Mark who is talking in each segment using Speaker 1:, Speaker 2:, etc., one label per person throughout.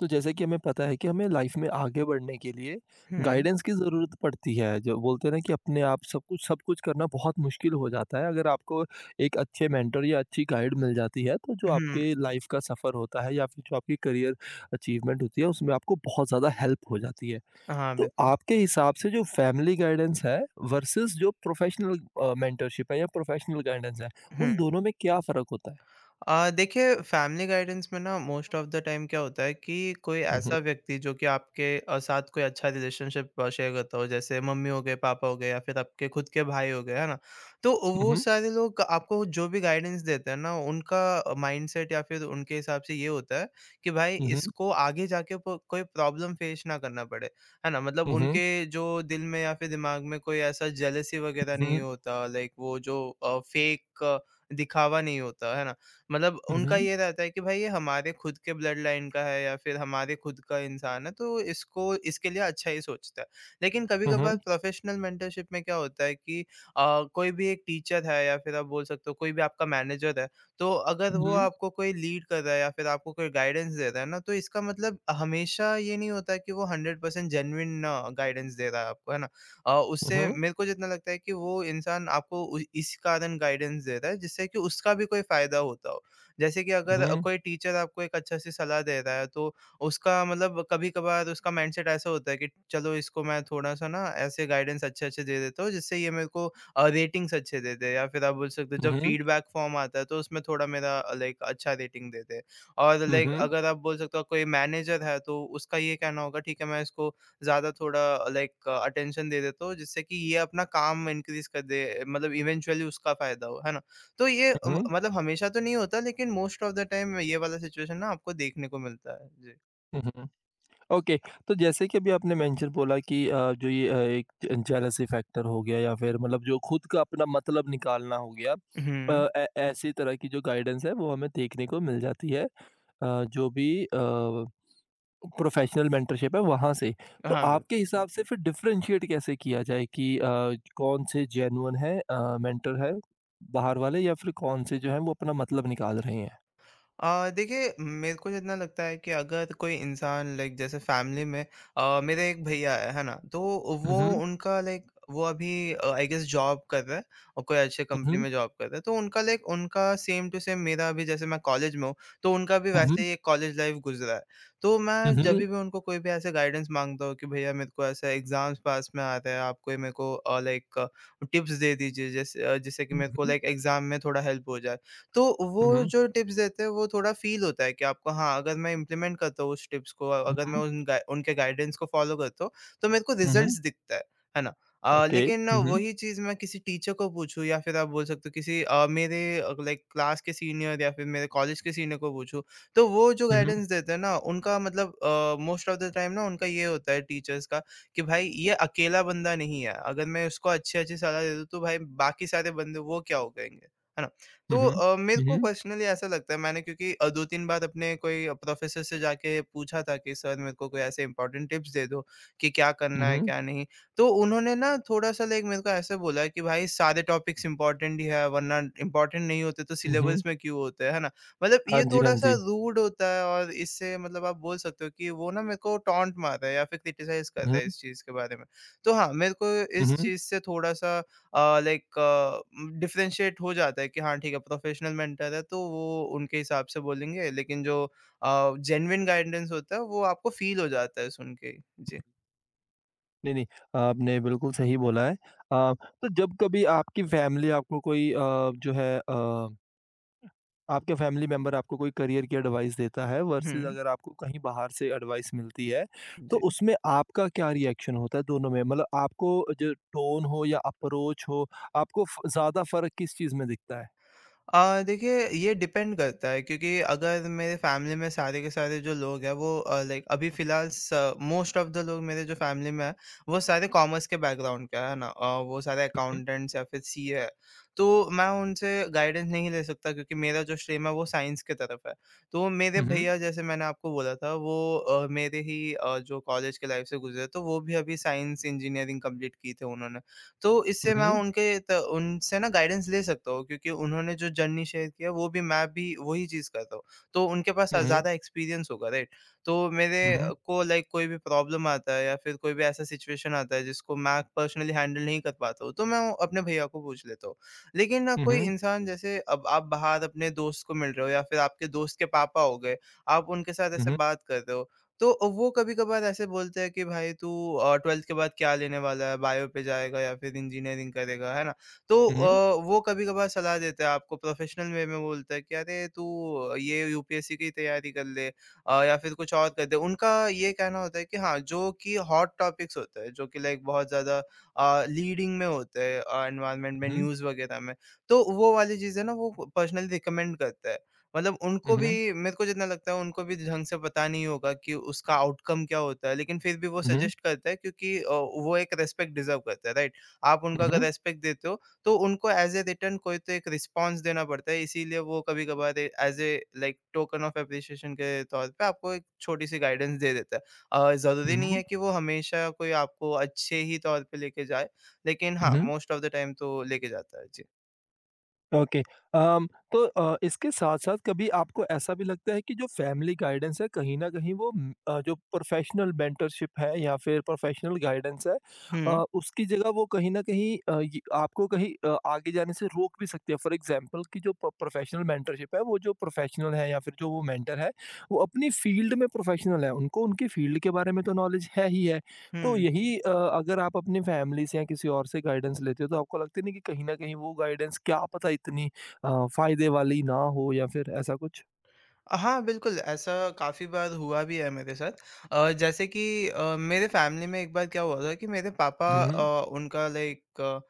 Speaker 1: तो जैसे कि हमें पता है कि हमें लाइफ में आगे बढ़ने के लिए
Speaker 2: हुँ,
Speaker 1: गाइडेंस की ज़रूरत पड़ती है। जो बोलते हैं ना कि अपने आप सब कुछ करना बहुत मुश्किल हो जाता है। अगर आपको एक अच्छे मेंटर या अच्छी गाइड मिल जाती है तो जो
Speaker 2: हुँ।
Speaker 1: आपके लाइफ का सफ़र होता है या फिर जो आपकी करियर अचीवमेंट होती है उसमें आपको बहुत ज़्यादा हेल्प हो जाती है।
Speaker 2: हाँ,
Speaker 1: तो
Speaker 2: बिल्कुल।
Speaker 1: आपके हिसाब से जो फैमिली गाइडेंस है वर्सेस जो प्रोफ़ेशनल मेंटरशिप है या प्रोफ़ेशनल गाइडेंस है,
Speaker 2: हुँ,
Speaker 1: उन दोनों में क्या फ़र्क होता है?
Speaker 2: देखिए फैमिली गाइडेंस में ना मोस्ट ऑफ द टाइम क्या होता है कि कोई
Speaker 1: हुँ, हुँ।
Speaker 2: ऐसा व्यक्ति जो कि आपके साथ कोई अच्छा रिलेशनशिप शेयर करता हो जैसे मम्मी हो गए पापा हो गए या फिर आपके खुद के भाई हो गए है ना। तो वो सारे लोग आपको जो भी गाइडेंस देते हैं ना उनका माइंडसेट या फिर उनके हिसाब से ये होता है कि भाई
Speaker 1: हुँ, हुँ।
Speaker 2: इसको आगे जाके कोई प्रॉब्लम फेस ना करना पड़े, है ना। मतलब
Speaker 1: हुँ, हुँ।
Speaker 2: उनके जो दिल में या फिर दिमाग में कोई ऐसा जेलेसी वगैरह
Speaker 1: हुँ,
Speaker 2: नहीं
Speaker 1: हुँ।
Speaker 2: होता, लाइक वो जो फेक दिखावा नहीं होता है ना। मतलब
Speaker 1: हुँ,
Speaker 2: उनका
Speaker 1: हुँ।
Speaker 2: ये रहता है कि भाई ये हमारे खुद के ब्लड लाइन का है या फिर हमारे खुद का इंसान है तो इसको इसके लिए अच्छा ही सोचता है। लेकिन कभी
Speaker 1: हुँ,
Speaker 2: कभार
Speaker 1: हुँ।
Speaker 2: प्रोफेशनल मेंटरशिप में क्या होता है कि कोई भी एक टीचर है या फिर आप बोल सकते हो कोई भी आपका मैनेजर है। तो अगर
Speaker 1: हुँ,
Speaker 2: वो
Speaker 1: हुँ।
Speaker 2: आपको कोई लीड कर रहा है या फिर आपको कोई गाइडेंस दे रहा है ना तो इसका मतलब हमेशा ये नहीं होता कि वो हंड्रेड परसेंट जेनविन गाइडेंस दे रहा है आपको, है ना।
Speaker 1: हुँ,
Speaker 2: उससे
Speaker 1: हुँ,
Speaker 2: मेरे को जितना लगता है कि वो इंसान आपको इस कारण गाइडेंस दे रहा है जिससे कि उसका भी कोई फायदा होता हो। जैसे कि अगर
Speaker 1: हुँ,
Speaker 2: कोई टीचर आपको एक अच्छा सी सलाह दे रहा है तो उसका मतलब कभी-कभार उसका माइंडसेट ऐसा होता है कि चलो इसको मैं थोड़ा-सा ना ऐसे गाइडेंस अच्छे-अच्छे दे देता हूँ जिससे ये मेरे को रेटिंग्स अच्छे दे दे या फिर आप बोल सकते हो जब
Speaker 1: हुँ,
Speaker 2: फीडबैक फॉर्म आता है तो उसमें थोड़ा मेरा लाइक अच्छा रेटिंग दे दे। और लाइक
Speaker 1: हुँ,
Speaker 2: अगर आप बोल सकते हो कोई मैनेजर है तो उसका ये कहना होगा ठीक है मैं इसको ज़्यादा थोड़ा लाइक अटेंशन दे देता हूँ जिससे कि ये अपना काम इंक्रीज़ कर दे, मतलब इवेंचुअली उसका फ़ायदा हो, है ना? तो ये म
Speaker 1: हुँ,
Speaker 2: मतलब हमेशा तो नहीं होता लेकिन मोस्ट ऑफ द टाइम ये वाला सिचुएशन ना आपको देखने को मिलता है। जी।
Speaker 1: हुँ। ओके, तो जैसे कि अभी आपने मेंशन बोला कि जो ये एक ज जेलसी फैक्टर हो गया या फिर मतलब जो खुद का अपना मतलब निकालना हो गया।
Speaker 2: हुँ।
Speaker 1: ऐ ऐसी तरह की जो गाइडेंस है वो हमें देखने को मिल जाती है। जो भी प्रोफ़ेशनल मेंटरशिप है वहाँ से। तो
Speaker 2: हाँ, बिल्कुल।
Speaker 1: आपके हिसाब से फिर डिफरेंशिएट कैसे किया जाए कि कौन से जेन्युइन है मेंटर है बाहर वाले या फिर कौन से जो हैं वो अपना मतलब निकाल रहे हैं?
Speaker 2: देखिए मेरे को जितना लगता है कि अगर कोई इंसान लाइक जैसे फैमिली में मेरे एक भैया है ना? तो
Speaker 1: हुँ,
Speaker 2: वो
Speaker 1: हुँ,
Speaker 2: उनका लाइक वो अभी आई गेस जॉब कर रहा है और कोई अच्छे कंपनी
Speaker 1: हुँ,
Speaker 2: में जॉब कर रहा है। तो उनका लाइक उनका सेम टू सेम मेरा अभी जैसे मैं कॉलेज में हूँ, तो उनका भी
Speaker 1: हुँ,
Speaker 2: वैसे
Speaker 1: हुँ,
Speaker 2: ही एक कॉलेज लाइफ गुज़र रहा है। तो मैं जब
Speaker 1: Mhm.
Speaker 2: भी उनको कोई भी ऐसे गाइडेंस माँगता हूँ कि भैया मेरे को ऐसा एग्ज़ाम्स पास में आ रहा है, आप कोई मेरे को लाइक टिप्स दे दीजिए जैसे जिससे कि मेरे को
Speaker 1: Mhm.
Speaker 2: लाइक एग्ज़ाम में थोड़ा हेल्प हो जाए। तो वो
Speaker 1: Mhm.
Speaker 2: जो टिप्स देते हैं वो थोड़ा फ़ील होता है कि आपको, हाँ, अगर मैं इम्प्लीमेंट करता हूँ उस टिप्स को, अगर मैं
Speaker 1: Mhm.
Speaker 2: उन गाइ उनके गाइडेंस को फ़ॉलो करता हूँ, तो मेरे को रिज़ल्ट्स
Speaker 1: Mhm।
Speaker 2: दिखता है ना?
Speaker 1: ओके।
Speaker 2: लेकिन
Speaker 1: हुँ, हुँ,
Speaker 2: वही चीज़ मैं किसी टीचर को पूछूँ या फिर आप बोल सकते हो किसी मेरे लाइक क्लास के सीनियर या फिर मेरे कॉलेज के सीनियर को पूछूँ, तो वो जो
Speaker 1: हुँ,
Speaker 2: गाइडेंस देते हैं ना उनका मतलब मोस्ट ऑफ द टाइम ना उनका ये होता है टीचर्स का कि भाई ये अकेला बंदा नहीं है, अगर मैं उसको अच्छी-अच्छी सलाह दे दूँ तो भाई बाकी सारे बंदे वो क्या हो जाएँगे, है ना?
Speaker 1: हुँ,
Speaker 2: तो
Speaker 1: हुँ,
Speaker 2: मेरे को
Speaker 1: हुँ,
Speaker 2: पर्सनली ऐसा लगता है मैंने, क्योंकि 2-3 बार अपने कोई प्रोफ़ेसर से जाके पूछा था कि सर मेरे को कोई ऐसे इम्पोर्टेंट टिप्स दे दो कि क्या करना है, क्या नहीं। तो उन्होंने ना थोड़ा-सा लाइक मेरे को ऐसे बोला कि भाई सारे टॉपिक्स इम्पोर्टेंट ही है, वरना इम्पोर्टेंट नहीं होते तो
Speaker 1: हुँ,
Speaker 2: सिलेबस
Speaker 1: हुँ।
Speaker 2: में क्यों होते हैं, है ना? मतलब
Speaker 1: हाँ
Speaker 2: ये
Speaker 1: जी, हाँ
Speaker 2: थोड़ा-सा
Speaker 1: जी।
Speaker 2: रूड होता है और इससे मतलब आप बोल सकते हो कि वो ना मेरे को टॉन्ट मार रहा है या फिर क्रिटिसाइज़ कर रहा है
Speaker 1: हुँ,
Speaker 2: इस चीज़ के बारे में। तो हाँ, मेरे को इस
Speaker 1: हुँ,
Speaker 2: चीज़ से थोड़ा-सा लाइक डिफरेंशिएट हो जाता है कि हाँ ठीक है प्रोफेशनल मेंटर है तो वो उनके हिसाब से बोलेंगे, लेकिन जो जेन्युइन गाइडेंस होता है वो आपको फील हो जाता है सुन के। जी।
Speaker 1: नहीं, नहीं, आपने बिल्कुल सही बोला है। तो जब कभी आपकी फैमिली आपको कोई जो है आपके फैमिली मेंबर आपको कोई करियर की एडवाइस देता है वर्सेस
Speaker 2: हुँ,
Speaker 1: अगर आपको कहीं बाहर से एडवाइस मिलती है, तो
Speaker 2: जी।
Speaker 1: उसमें आपका क्या रिएक्शन होता है दोनों में? मतलब आपको जो टोन हो या अप्रोच हो, आपको फ ज़्यादा फ़र्क किस चीज़ में दिखता है?
Speaker 2: देखिए ये डिपेंड करता है क्योंकि अगर मेरे फैमिली में सारे के सारे जो लोग हैं वो लाइक अभी फिलहाल मोस्ट ऑफ द लोग मेरे जो फैमिली में है वो सारे कॉमर्स के बैकग्राउंड के है ना, वो सारे
Speaker 1: हुँ, हुँ।
Speaker 2: अकाउंटेंट्स या फिर सीए है। तो मैं उनसे गाइडेंस नहीं ले सकता क्योंकि मेरा जो स्ट्रीम है वो साइंस की तरफ है। तो मेरे
Speaker 1: हुँ, हुँ।
Speaker 2: भैया जैसे मैंने आपको बोला था वो मेरे ही जो कॉलेज के लाइफ से गुजरे तो वो भी अभी साइंस इंजीनियरिंग कंप्लीट की थे उन्होंने। तो इससे मैं
Speaker 1: Mhm,
Speaker 2: उनके त उनसे ना गाइडेंस ले सकता हूँ क्योंकि उन्होंने जो जर्नी शेयर किया वो भी मैं भी वही चीज़ करता हूँ। तो उनके पास
Speaker 1: mhm,
Speaker 2: ज़्यादा एक्सपीरियंस होगा, राइट? तो मेरे
Speaker 1: mhm,
Speaker 2: को लाइक कोई भी प्रॉब्लम आता है या फिर कोई भी ऐसा सिचुएशन आता है जिसको मैं पर्सनली हैंडल नहीं कर पाता हूँ, तो मैं वो अपने भैया को पूछ लेता हूँ। लेकिन ना कोई
Speaker 1: mhm,
Speaker 2: इंसान जैसे अब आप बाहर अपने दोस्त को मिल रहे हो या फिर आपके दोस्त के पापा हो गए, आप उनके साथ ऐसे
Speaker 1: mhm,
Speaker 2: बात कर रहे हो, तो वो कभी-कभार ऐसे बोलते हैं कि भाई तू 12th के बाद क्या लेने वाला है? बायो पे जाएगा या फिर इंजीनियरिंग करेगा, है ना? तो
Speaker 1: mhm,
Speaker 2: वो कभी-कभार सलाह देते हैं, आपको प्रोफेशनल वे में बोलते हैं कि अरे तू ये यूपीएससी की तैयारी कर ले, या फिर कुछ और कर दे। उनका ये कहना होता है कि हाँ, जो कि हॉट टॉपिक्स होते हैं, जो कि लाइक बहुत ज़्यादा लीडिंग में होते हैं एनवायरनमेंट में,
Speaker 1: mhm,
Speaker 2: न्यूज़ वगैरह में। तो वो वाली चीज़ें ना वो पर्सनली रिकमेंड करते हैं। मतलब उनको भी
Speaker 1: mhm,
Speaker 2: मेरे को जितना लगता है उनको भी ढंग से पता नहीं होगा कि उसका आउटकम क्या होता है लेकिन फिर भी वो
Speaker 1: mhm,
Speaker 2: सजेस्ट करता है, क्योंकि वो एक रेस्पेक्ट डिजर्व करता है, राइट। आप उनका अगर
Speaker 1: mhm,
Speaker 2: रेस्पेक्ट देते हो तो उनको एज ए रिटर्न कोई तो एक रिस्पॉन्स देना पड़ता है, इसीलिए वो कभी कभार as a like token of appreciation के तौर पे आपको एक छोटी सी गाइडेंस दे देता है। ज़रूरी नहीं है
Speaker 1: mhm,
Speaker 2: कि वो हमेशा कोई आपको अच्छे ही तौर पे लेके जाए, लेकिन हाँ
Speaker 1: mhm,
Speaker 2: most of the time तो लेके जाता है। जी।
Speaker 1: ओके अम, तो इसके साथ-साथ कभी आपको ऐसा भी लगता है कि जो फैमिली गाइडेंस है कहीं न कहीं वो जो प्रोफ़ेशनल मेंटरशिप है या फिर प्रोफ़ेशनल गाइडेंस है
Speaker 2: हम्म।
Speaker 1: उसकी जगह वो कहीं न कहीं ये आपको कहीं आगे जाने से रोक भी सकती है। फॉर एग्ज़ाम्पल कि जो प प्रोफ़ेशनल मेंटरशिप है वो जो प्रोफ़ेशनल है या फिर जो वो मेंटर है, वो अपनी फ़ील्ड में प्रोफ़ेशनल है। उनको उनकी फ़ील्ड के बारे में तो नॉलेज है ही है। तो
Speaker 2: हम्म।
Speaker 1: यही अगर आप अपनी फैमिली से या किसी और से गाइडेंस लेते हो तो आपको लगता नहीं कि कहीं न कहीं वो गाइडेंस क्या पता इतनी फ़ायदे वाली ना हो या फिर ऐसा कुछ?
Speaker 2: हाँ, बिल्कुल, ऐसा काफ़ी बार हुआ भी है मेरे साथ। जैसे कि मेरे फ़ैमिली में एक बार क्या हुआ था कि मेरे पापा
Speaker 1: हुँ, हुँ,
Speaker 2: उनका लाइक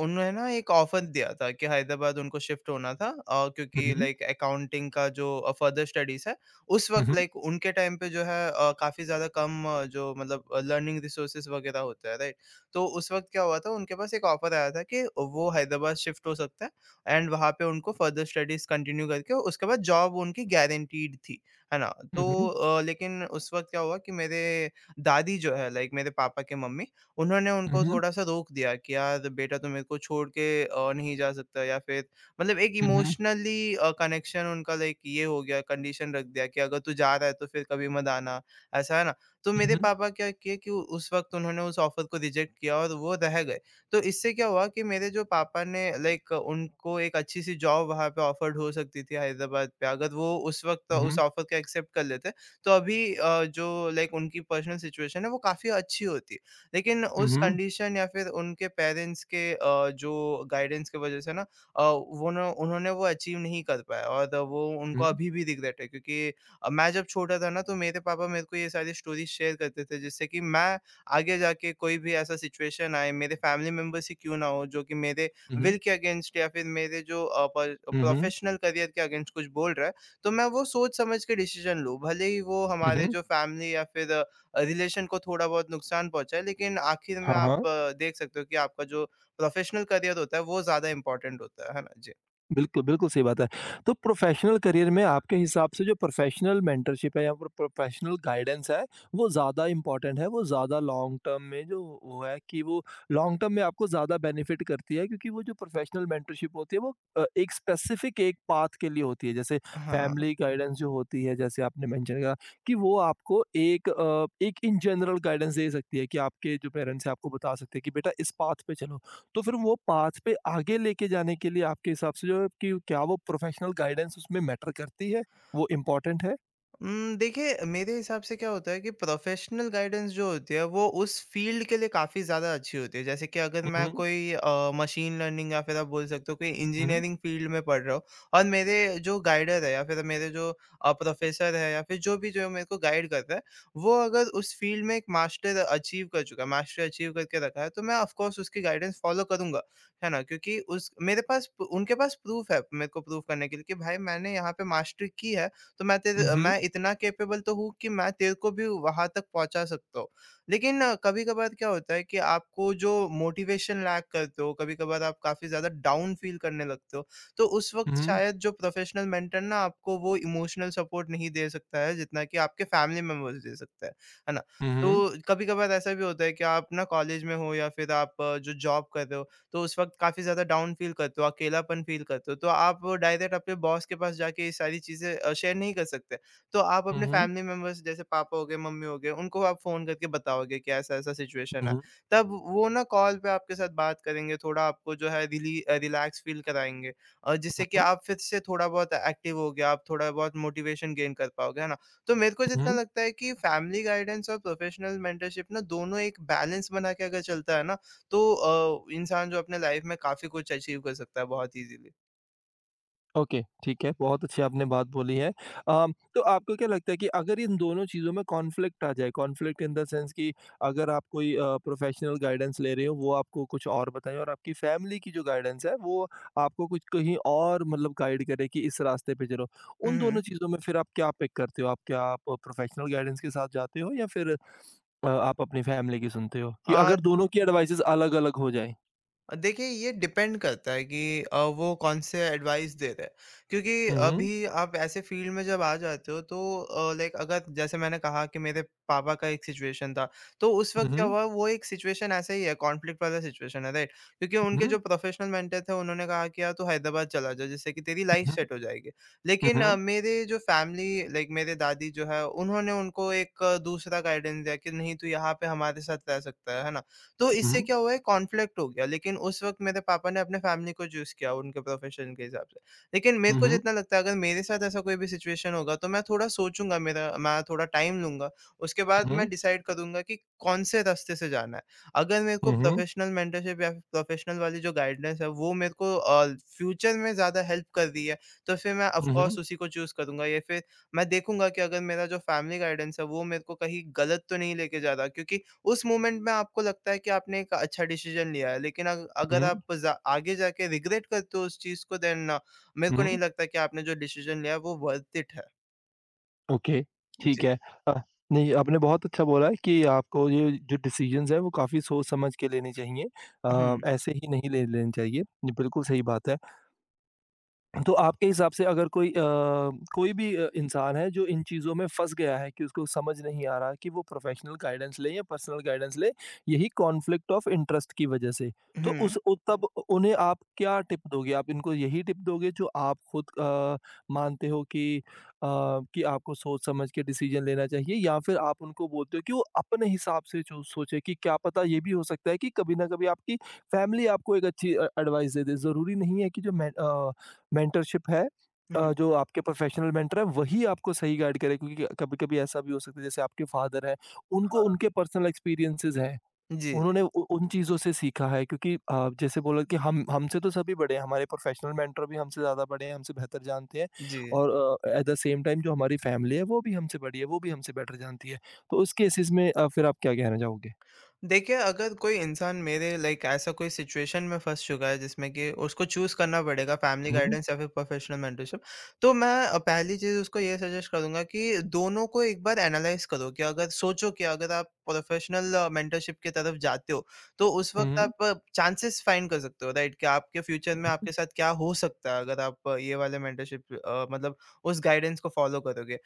Speaker 2: उन्होंने ना एक ऑफ़र दिया था कि हैदराबाद उनको शिफ्ट होना था, क्योंकि
Speaker 1: हुँ,
Speaker 2: लाइक अकाउंटिंग का जो फर्दर स्टडीज़ है, उस
Speaker 1: हुँ,
Speaker 2: वक़्त
Speaker 1: हुँ,
Speaker 2: लाइक उनके टाइम पे जो है काफ़ी ज़्यादा कम जो मतलब लर्निंग रिसोर्सेज़ वग़ैरह होते हैं, राइट? तो उस वक़्त क्या हुआ था, उनके पास एक ऑफ़र आया था कि वो हैदराबाद शिफ्ट हो सकते हैं। एंड वहाँ पे उनको फर्दर स्टडीज़ कंटिन्यू करके उसके बाद जॉब उनकी गारंटीड थी, है ना? तो
Speaker 1: हुँ,
Speaker 2: लेकिन उस वक़्त क्या हुआ कि मेरे दादी जो है लाइक मेरे पापा के मम्मी, उन्होंने
Speaker 1: हुँ,
Speaker 2: उनको
Speaker 1: हुँ,
Speaker 2: थोड़ा-सा रोक दिया कि यार बेटा तुम मेरे को छोड़ के नहीं जा सकता, या फिर मतलब एक
Speaker 1: हुँ, हुँ,
Speaker 2: इमोशनली कनेक्शन उनका लाइक ये हो गया, कंडीशन रख दिया कि अगर तू जा रहा है तो फिर कभी मत आना, ऐसा, है ना? तो
Speaker 1: हुँ, हुँ,
Speaker 2: मेरे
Speaker 1: हुँ,
Speaker 2: पापा क्या किए कि उस वक़्त उन्होंने उस ऑफ़र को रिजेक्ट किया और वो रह गए। तो इससे क्या हुआ कि मेरे जो पापा ने लाइक उनको एक अच्छी-सी जॉब वहाँ पे ऑफर्ड हो सकती थी हैदराबाद पे, अगर वो उस वक़्त उस ऑफर को एक्सेप्ट कर लेते, तो अभी जो लाइक उनकी पर्सनल सिचुएशन है वो काफ़ी अच्छी होती। लेकिन उस
Speaker 1: हुँ,
Speaker 2: कंडीशन या फिर उनके पेरेंट्स के जो गाइडेंस की वजह से ना वो ना उन्होंने वो अचीव नहीं कर पाया और वो उनको अभी भी रिग्रेट है क्योंकि मैं जब छोटा था ना तो मेरे पापा मेरे को ये सारी स्टोरीज़ शेयर करते थे जिससे कि मैं आगे जाके कोई भी ऐसा सिचुएशन आए मेरे फैमिली मेंबर्स ही क्यों ना हो जो कि मेरे
Speaker 1: हुँ,
Speaker 2: विल के अगेंस्ट या फिर मेरे जो
Speaker 1: हुँ,
Speaker 2: प्रोफेशनल करियर के अगेंस्ट कुछ बोल रहा है तो मैं वो सोच समझ के डिसीजन लूँ भले ही वो हमारे
Speaker 1: हुँ,
Speaker 2: जो फैमिली या फिर रिलेशन को थोड़ा बहुत नुकसान पहुंचाए लेकिन आखिर में
Speaker 1: हाँ,
Speaker 2: आप
Speaker 1: हाँ।
Speaker 2: देख सकते हो कि आपका जो प्रोफेशनल करियर होता है वो ज़्यादा इंपॉर्टेंट होता है ना जी।
Speaker 1: बिल्कुल, बिल्कुल सही बात है। तो प्रोफ़ेशनल करियर में आपके हिसाब से जो प्रोफ़ेशनल मेंटरशिप है या प्रोफ़ेशनल गाइडेंस है, वो ज़्यादा इम्पोर्टेंट है, वो ज़्यादा लॉन्ग टर्म में जो वो है कि वो लॉन्ग टर्म में आपको ज़्यादा बेनिफिट करती है क्योंकि वो जो प्रोफ़ेशनल मेंटरशिप होती है वो एक स्पेसिफ़िक एक पाथ के लिए होती है। जैसे
Speaker 2: हाँ।
Speaker 1: फैमिली गाइडेंस जो होती है जैसे आपने मेंशन करा कि वो आपको एक एक इन जनरल गाइडेंस दे सकती है कि आपके जो पेरेंट्स हैं आपको बता सकते हैं कि बेटा इस पाथ पे चलो। तो फिर वो पाथ पे आगे लेके जाने के लिए आपके हिसाब से जो है कि क्या वो प्रोफ़ेशनल गाइडेंस उसमें मैटर करती है? वो इम्पोर्टेंट है?
Speaker 2: देखिए, मेरे हिसाब से क्या होता है कि प्रोफ़ेशनल गाइडेंस जो होती है वो उस फ़ील्ड के लिए काफ़ी ज़्यादा अच्छी होती है। जैसे कि अगर मैं
Speaker 1: हुँ,
Speaker 2: कोई मशीन लर्निंग या फिर आप बोल सकते हो कोई
Speaker 1: हुँ,
Speaker 2: इंजीनियरिंग फ़ील्ड में पढ़ रहा हूँ और मेरे जो गाइडर है या फिर मेरे जो प्रोफ़ेसर है या फिर जो भी जो मेरे को गाइड करता है, वो अगर उस फ़ील्ड में एक मास्टर अचीव कर चुका है, मास्टर अचीव करके रखा है तो मैं ऑफ़ कोर्स उसकी गाइडेंस फ़ॉलो करूँगा, है ना? क्योंकि उस मेरे पास उनके पास प्रूफ़ है मेरे को प्रूफ़ करने के लिए कि भाई मैंने यहाँ पे मास्टरी की है तो
Speaker 1: हुँ, हुँ,
Speaker 2: मैं इतना कैपेबल तो हूँ कि मैं तेरे को भी वहाँ तक पहुँचा सकता हूँ। लेकिन कभी-कभार क्या होता है कि आपको जो मोटिवेशन लैक करते हो, कभी-कभार आप काफ़ी ज़्यादा डाउन फ़ील करने लगते हो, तो उस वक़्त
Speaker 1: हुँ,
Speaker 2: शायद जो प्रोफ़ेशनल मेंटर ना आपको वो इमोशनल सपोर्ट नहीं दे सकता है जितना कि आपके फैमिली मेंबर्स दे सकता है। है ना?
Speaker 1: हुँ,
Speaker 2: तो
Speaker 1: हुँ,
Speaker 2: कभी-कभार ऐसा भी होता है कि आप ना कॉलेज में हो या फिर आप जो जॉब कर रहे हो, तो उस वक़्त काफ़ी ज़्यादा डाउन फ़ील करते हो, अकेलापन फ़ील करते हो, तो आप डायरेक्ट अपने बॉस के पास जाके ये सारी चीज़ें शेयर नहीं कर सकते। तो आप
Speaker 1: हुँ,
Speaker 2: अपने
Speaker 1: हुँ, हुँ,
Speaker 2: फैमिली मेंबर्स, जैसे पापा हो गए, मम्मी हो गए, उनको आप फ़ोन करके बताओगे कि ऐसा-ऐसा सिचुएशन है।
Speaker 1: हुँ,
Speaker 2: तब वो ना कॉल पे आपके साथ बात करेंगे, थोड़ा आपको जो है रिलैक्स फ़ील कराएँगे और जिससे कि
Speaker 1: हुँ,
Speaker 2: आप फिर से थोड़ा बहुत एक्टिव हो गए, आप थोड़ा बहुत मोटिवेशन गेन कर पाओगे, है ना? तो मेरे को जितना
Speaker 1: हुँ।
Speaker 2: लगता है कि फैमिली गाइडेंस और प्रोफेशनल मेंटरशिप ना दोनों एक बैलेंस बना के अगर चलता है ना, तो इंसान जो अपने लाइफ में काफ़ी कुछ अचीव कर सकता है बहुत ईज़िली।
Speaker 1: ओके, ठीक है। बहुत अच्छी आपने बात बोली है। तो आपको क्या लगता है कि अगर इन दोनों चीज़ों में कॉन्फ्लिक्ट आ जाए, कॉन्फ्लिक्ट इन द सेंस कि अगर आप कोई प्रोफ़ेशनल गाइडेंस ले रहे हो, वो आपको कुछ और बताएँ और आपकी फ़ैमिली की जो गाइडेंस है, वो आपको कुछ कहीं और मतलब गाइड करे कि इस रास्ते पे चलो।
Speaker 2: हुँ,
Speaker 1: उन
Speaker 2: हुँ।
Speaker 1: दोनों चीज़ों में फिर आप क्या पिक करते हो? आप प्रोफ़ेशनल गाइडेंस के साथ जाते हो या फिर आप अपनी फ़ैमिली की सुनते हो? कि
Speaker 2: अ,
Speaker 1: अगर दोनों की एडवाइसेज़ अलग-अलग हो जाएँ?
Speaker 2: देखिए, ये डिपेंड करता है कि वो कौन से एडवाइस दे रहे हैं, क्योंकि
Speaker 1: हुँ, हुँ।
Speaker 2: अभी आप ऐसे फील्ड में जब आ जाते हो तो लाइक, अगर जैसे मैंने कहा कि मेरे पापा का एक सिचुएशन था, तो उस
Speaker 1: हुँ,
Speaker 2: वक्त क्या
Speaker 1: हुँ।
Speaker 2: हुआ, वो एक सिचुएशन ऐसा ही है, कॉन्फ्लिक्ट वाला सिचुएशन है, राइट? क्योंकि उनके
Speaker 1: हुँ,
Speaker 2: जो प्रोफेशनल मेंटर थे उन्होंने कहा कि यार तू हैदराबाद चला जा जिससे कि तेरी लाइफ
Speaker 1: हुँ।
Speaker 2: सेट हो जाएगी,
Speaker 1: हुँ,
Speaker 2: लेकिन
Speaker 1: हुँ।
Speaker 2: मेरे जो फैमिली, लाइक मेरे दादी जो है, उन्होंने उनको एक दूसरा गाइडेंस दिया कि नहीं, तू यहाँ पे हमारे साथ रह सकता है ना? तो
Speaker 1: हुँ,
Speaker 2: इससे
Speaker 1: हुँ।
Speaker 2: क्या हुआ है, कॉन्फ्लिक्ट हो गया, लेकिन उस वक़्त मेरे पापा ने अपने फैमिली को चूज़ किया उनके प्रोफ़ेशन के हिसाब से। लेकिन मेरे
Speaker 1: हुँ,
Speaker 2: को
Speaker 1: हुँ।
Speaker 2: जितना लगता है, अगर मेरे साथ ऐसा कोई भी सिचुएशन होगा तो मैं थोड़ा सोचूँगा, मेरा मैं थोड़ा टाइम लूँगा। उसके बाद
Speaker 1: हुँ,
Speaker 2: मैं
Speaker 1: हुँ।
Speaker 2: डिसाइड करूँगा कि कौन से रास्ते से जाना है। अगर मेरे को
Speaker 1: हुँ, हुँ।
Speaker 2: प्रोफ़ेशनल मेंटरशिप या प्रोफ़ेशनल वाली जो गाइडेंस है वो मेरे को फ्यूचर में ज़्यादा हेल्प कर रही है तो फिर मैं ऑफ
Speaker 1: हुँ,
Speaker 2: कोर्स
Speaker 1: हुँ।
Speaker 2: उसी को चूज़ करूँगा, या फिर मैं देखूँगा कि अगर मेरा जो फैमिली गाइडेंस है वो मेरे को कहीं गलत तो नहीं लेके जा रहा, क्योंकि उस मोमेंट में आपको लगता है कि आपने एक अच्छा डिसीजन लिया है, लेकिन अग
Speaker 1: हुँ,
Speaker 2: अगर
Speaker 1: हुँ।
Speaker 2: आप जा आगे जाके रिग्रेट करते हो उस चीज़ को, देन मेरे
Speaker 1: हुँ,
Speaker 2: को नहीं
Speaker 1: हुँ।
Speaker 2: लगता कि आपने जो डिसीजन लिया है वो वर्थ इट है।
Speaker 1: ओके, ठीक
Speaker 2: जी।
Speaker 1: है। अ, नहीं आपने बहुत अच्छा बोला है कि आपको ये जो डिसीज़न्स हैं वो काफ़ी सोच समझ के लेने चाहिए।
Speaker 2: हुँ,
Speaker 1: ऐसे ही नहीं ले लेने चाहिए। ये बिल्कुल सही बात है। तो आपके हिसाब से अगर कोई कोई भी इंसान है जो इन चीज़ों में फँस गया है कि उसको समझ नहीं आ रहा कि वो प्रोफ़ेशनल गाइडेंस ले या पर्सनल गाइडेंस ले, यही कॉन्फ्लिक्ट ऑफ इंटरेस्ट की वज़ह से। तो
Speaker 2: हुँ,
Speaker 1: उस उ तब उन्हें आप क्या टिप दोगे? आप इनको यही टिप दोगे जो आप खुद मानते हो कि आपको सोच-समझ के डिसीज़न लेना चाहिए या फिर आप उनको बोलते हो कि वो अपने हिसाब से जो सोचे कि क्या पता ये भी हो सकता है कि कभी न कभी आपकी फैमिली आपको एक अच्छी एडवाइस दे दे। ज़रूरी नहीं है कि जो मैं मेंटरशिप है
Speaker 2: हुँ।
Speaker 1: जो आपके प्रोफेशनल मेंटर है वही आपको सही गाइड करे क्योंकि कभी-कभी ऐसा भी हो सकता है जैसे आपके फादर हैं, उनको उनके पर्सनल एक्सपीरियंसेस हैं।
Speaker 2: जी, जी।
Speaker 1: उन्होंने उ उन चीज़ों से सीखा है क्योंकि जैसे बोला कि हम हमसे तो सभी बड़े हैं, हमारे प्रोफेशनल मेंटर भी हमसे ज़्यादा बड़े हैं, हमसे बेहतर जानते हैं
Speaker 2: जी।
Speaker 1: और एट द सेम टाइम जो हमारी फैमिली है वो भी हमसे बड़ी है, वो भी हमसे बेटर जानती है। तो उस केसेस में फिर आप क्या कहना चाहोगे?
Speaker 2: देखिए, अगर कोई इंसान मेरे लाइक ऐसा कोई सिचुएशन में फँस चुका है जिसमें कि उसको चूज़ करना पड़ेगा फैमिली हुँ।
Speaker 1: हुँ,
Speaker 2: गाइडेंस या फिर प्रोफेशनल मेंटरशिप, तो मैं पहली चीज़ उसको ये सजेस्ट करूँगा कि दोनों को एक बार एनालाइज़ करो कि, अगर सोचो कि अगर आप प्रोफेशनल मेंटरशिप की तरफ जाते हो, तो उस
Speaker 1: हुँ,
Speaker 2: वक़्त
Speaker 1: हुँ,
Speaker 2: आप चांसेस फाइंड कर सकते हो, राइट? कि आपके फ्यूचर में
Speaker 1: हुँ,
Speaker 2: आपके साथ क्या हो सकता है अगर आप ये वाले मेंटरशिप मतलब उस गाइडेंस को फ़ॉलो करोगे।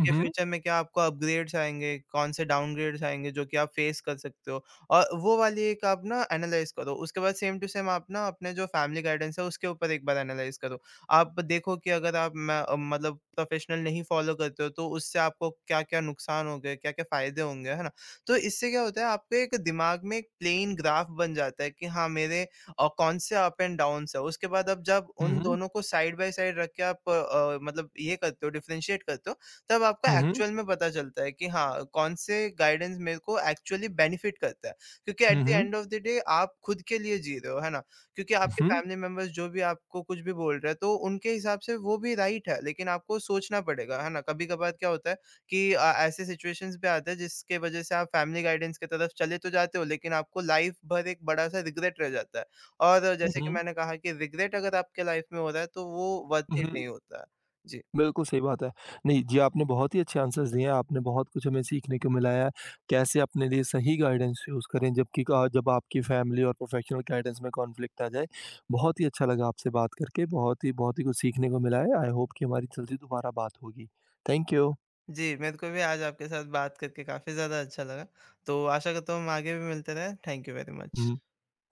Speaker 1: हुँ, हुँ,
Speaker 2: फ्यूचर में क्या आपको अपग्रेड्स आएँगे, कौन से डाउनग्रेड्स आएँगे जो कि आप फेस कर सकते हो। और वो वाली एक आप ना एनालाइज़ करो। उसके बाद सेम टू सेम आप ना अपने जो फैमिली गाइडेंस है उसके ऊपर एक बार एनालाइज़ करो। आप देखो कि अगर आप मतलब प्रोफ़ेशनल नहीं फ़ॉलो करते हो तो उससे आपको क्या-क्या नुकसान हो गए, क्या-क्या फ़ायदे होंगे, है ना? तो इससे क्या होता है, आपके एक दिमाग में एक प्लेन ग्राफ बन जाता है कि हाँ, मेरे कौन से अप एंड डाउन्स है। उसके बाद अब जब उन
Speaker 1: हुँ,
Speaker 2: दोनों को साइड बाय साइड रख के आप मतलब ये करते हो, डिफ़रेंशिएट करते हो, तब आपको
Speaker 1: हुँ, हुँ, हुँ,
Speaker 2: एक्चुअल में पता चलता है कि हाँ, कौन से गाइडेंस मेरे को एक्चुअली बेनिफ़िट करता है। क्योंकि at
Speaker 1: um,
Speaker 2: the
Speaker 1: um,
Speaker 2: end of the day आप खुद के लिए जी रहे हो, है ना? क्योंकि आपके
Speaker 1: हुँ,
Speaker 2: फैमिली मेंबर्स जो भी आपको कुछ भी बोल रहे हैं, तो उनके हिसाब से वो भी राइट है, लेकिन आपको सोचना पड़ेगा, है ना? कभी-कभार क्या होता है कि ऐसे सिचुएशंस भी आते हैं जिसके वजह से आप फैमिली गाइडेंस की तरफ चले तो जाते हो, लेकिन आपको लाइफ भर एक बड़ा-सा रिग्रेट रह जाता है, और जैसे कि
Speaker 1: हुँ,
Speaker 2: मैंने कहा कि रिग्रेट अगर आपके लाइफ में हो रहा है, तो वो वर्थ इट
Speaker 1: हुँ।
Speaker 2: नहीं होता है। जी।
Speaker 1: बिल्कुल सही बात है। नहीं जी, आपने बहुत ही अच्छे आंसर्स दिए हैं, आपने बहुत कुछ हमें सीखने को मिला है, कैसे अपने लिए सही गाइडेंस चूज़ करें जबकि का जब आपकी फैमिली और प्रोफेशनल गाइडेंस में कॉन्फ्लिक्ट आ जाए। बहुत ही अच्छा लगा आपसे बात करके, बहुत ही कुछ सीखने को मिला है। आई होप कि हमारी जल्दी दोबारा बात होगी। Thank you.
Speaker 2: जी, मेरे को भी आज आपके साथ बात करके काफ़ी ज़्यादा अच्छा लगा, तो आशा करता हूँ हम आगे भी मिलते रहें। Thank you very much.
Speaker 1: हुँ,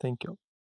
Speaker 1: थैंक यू।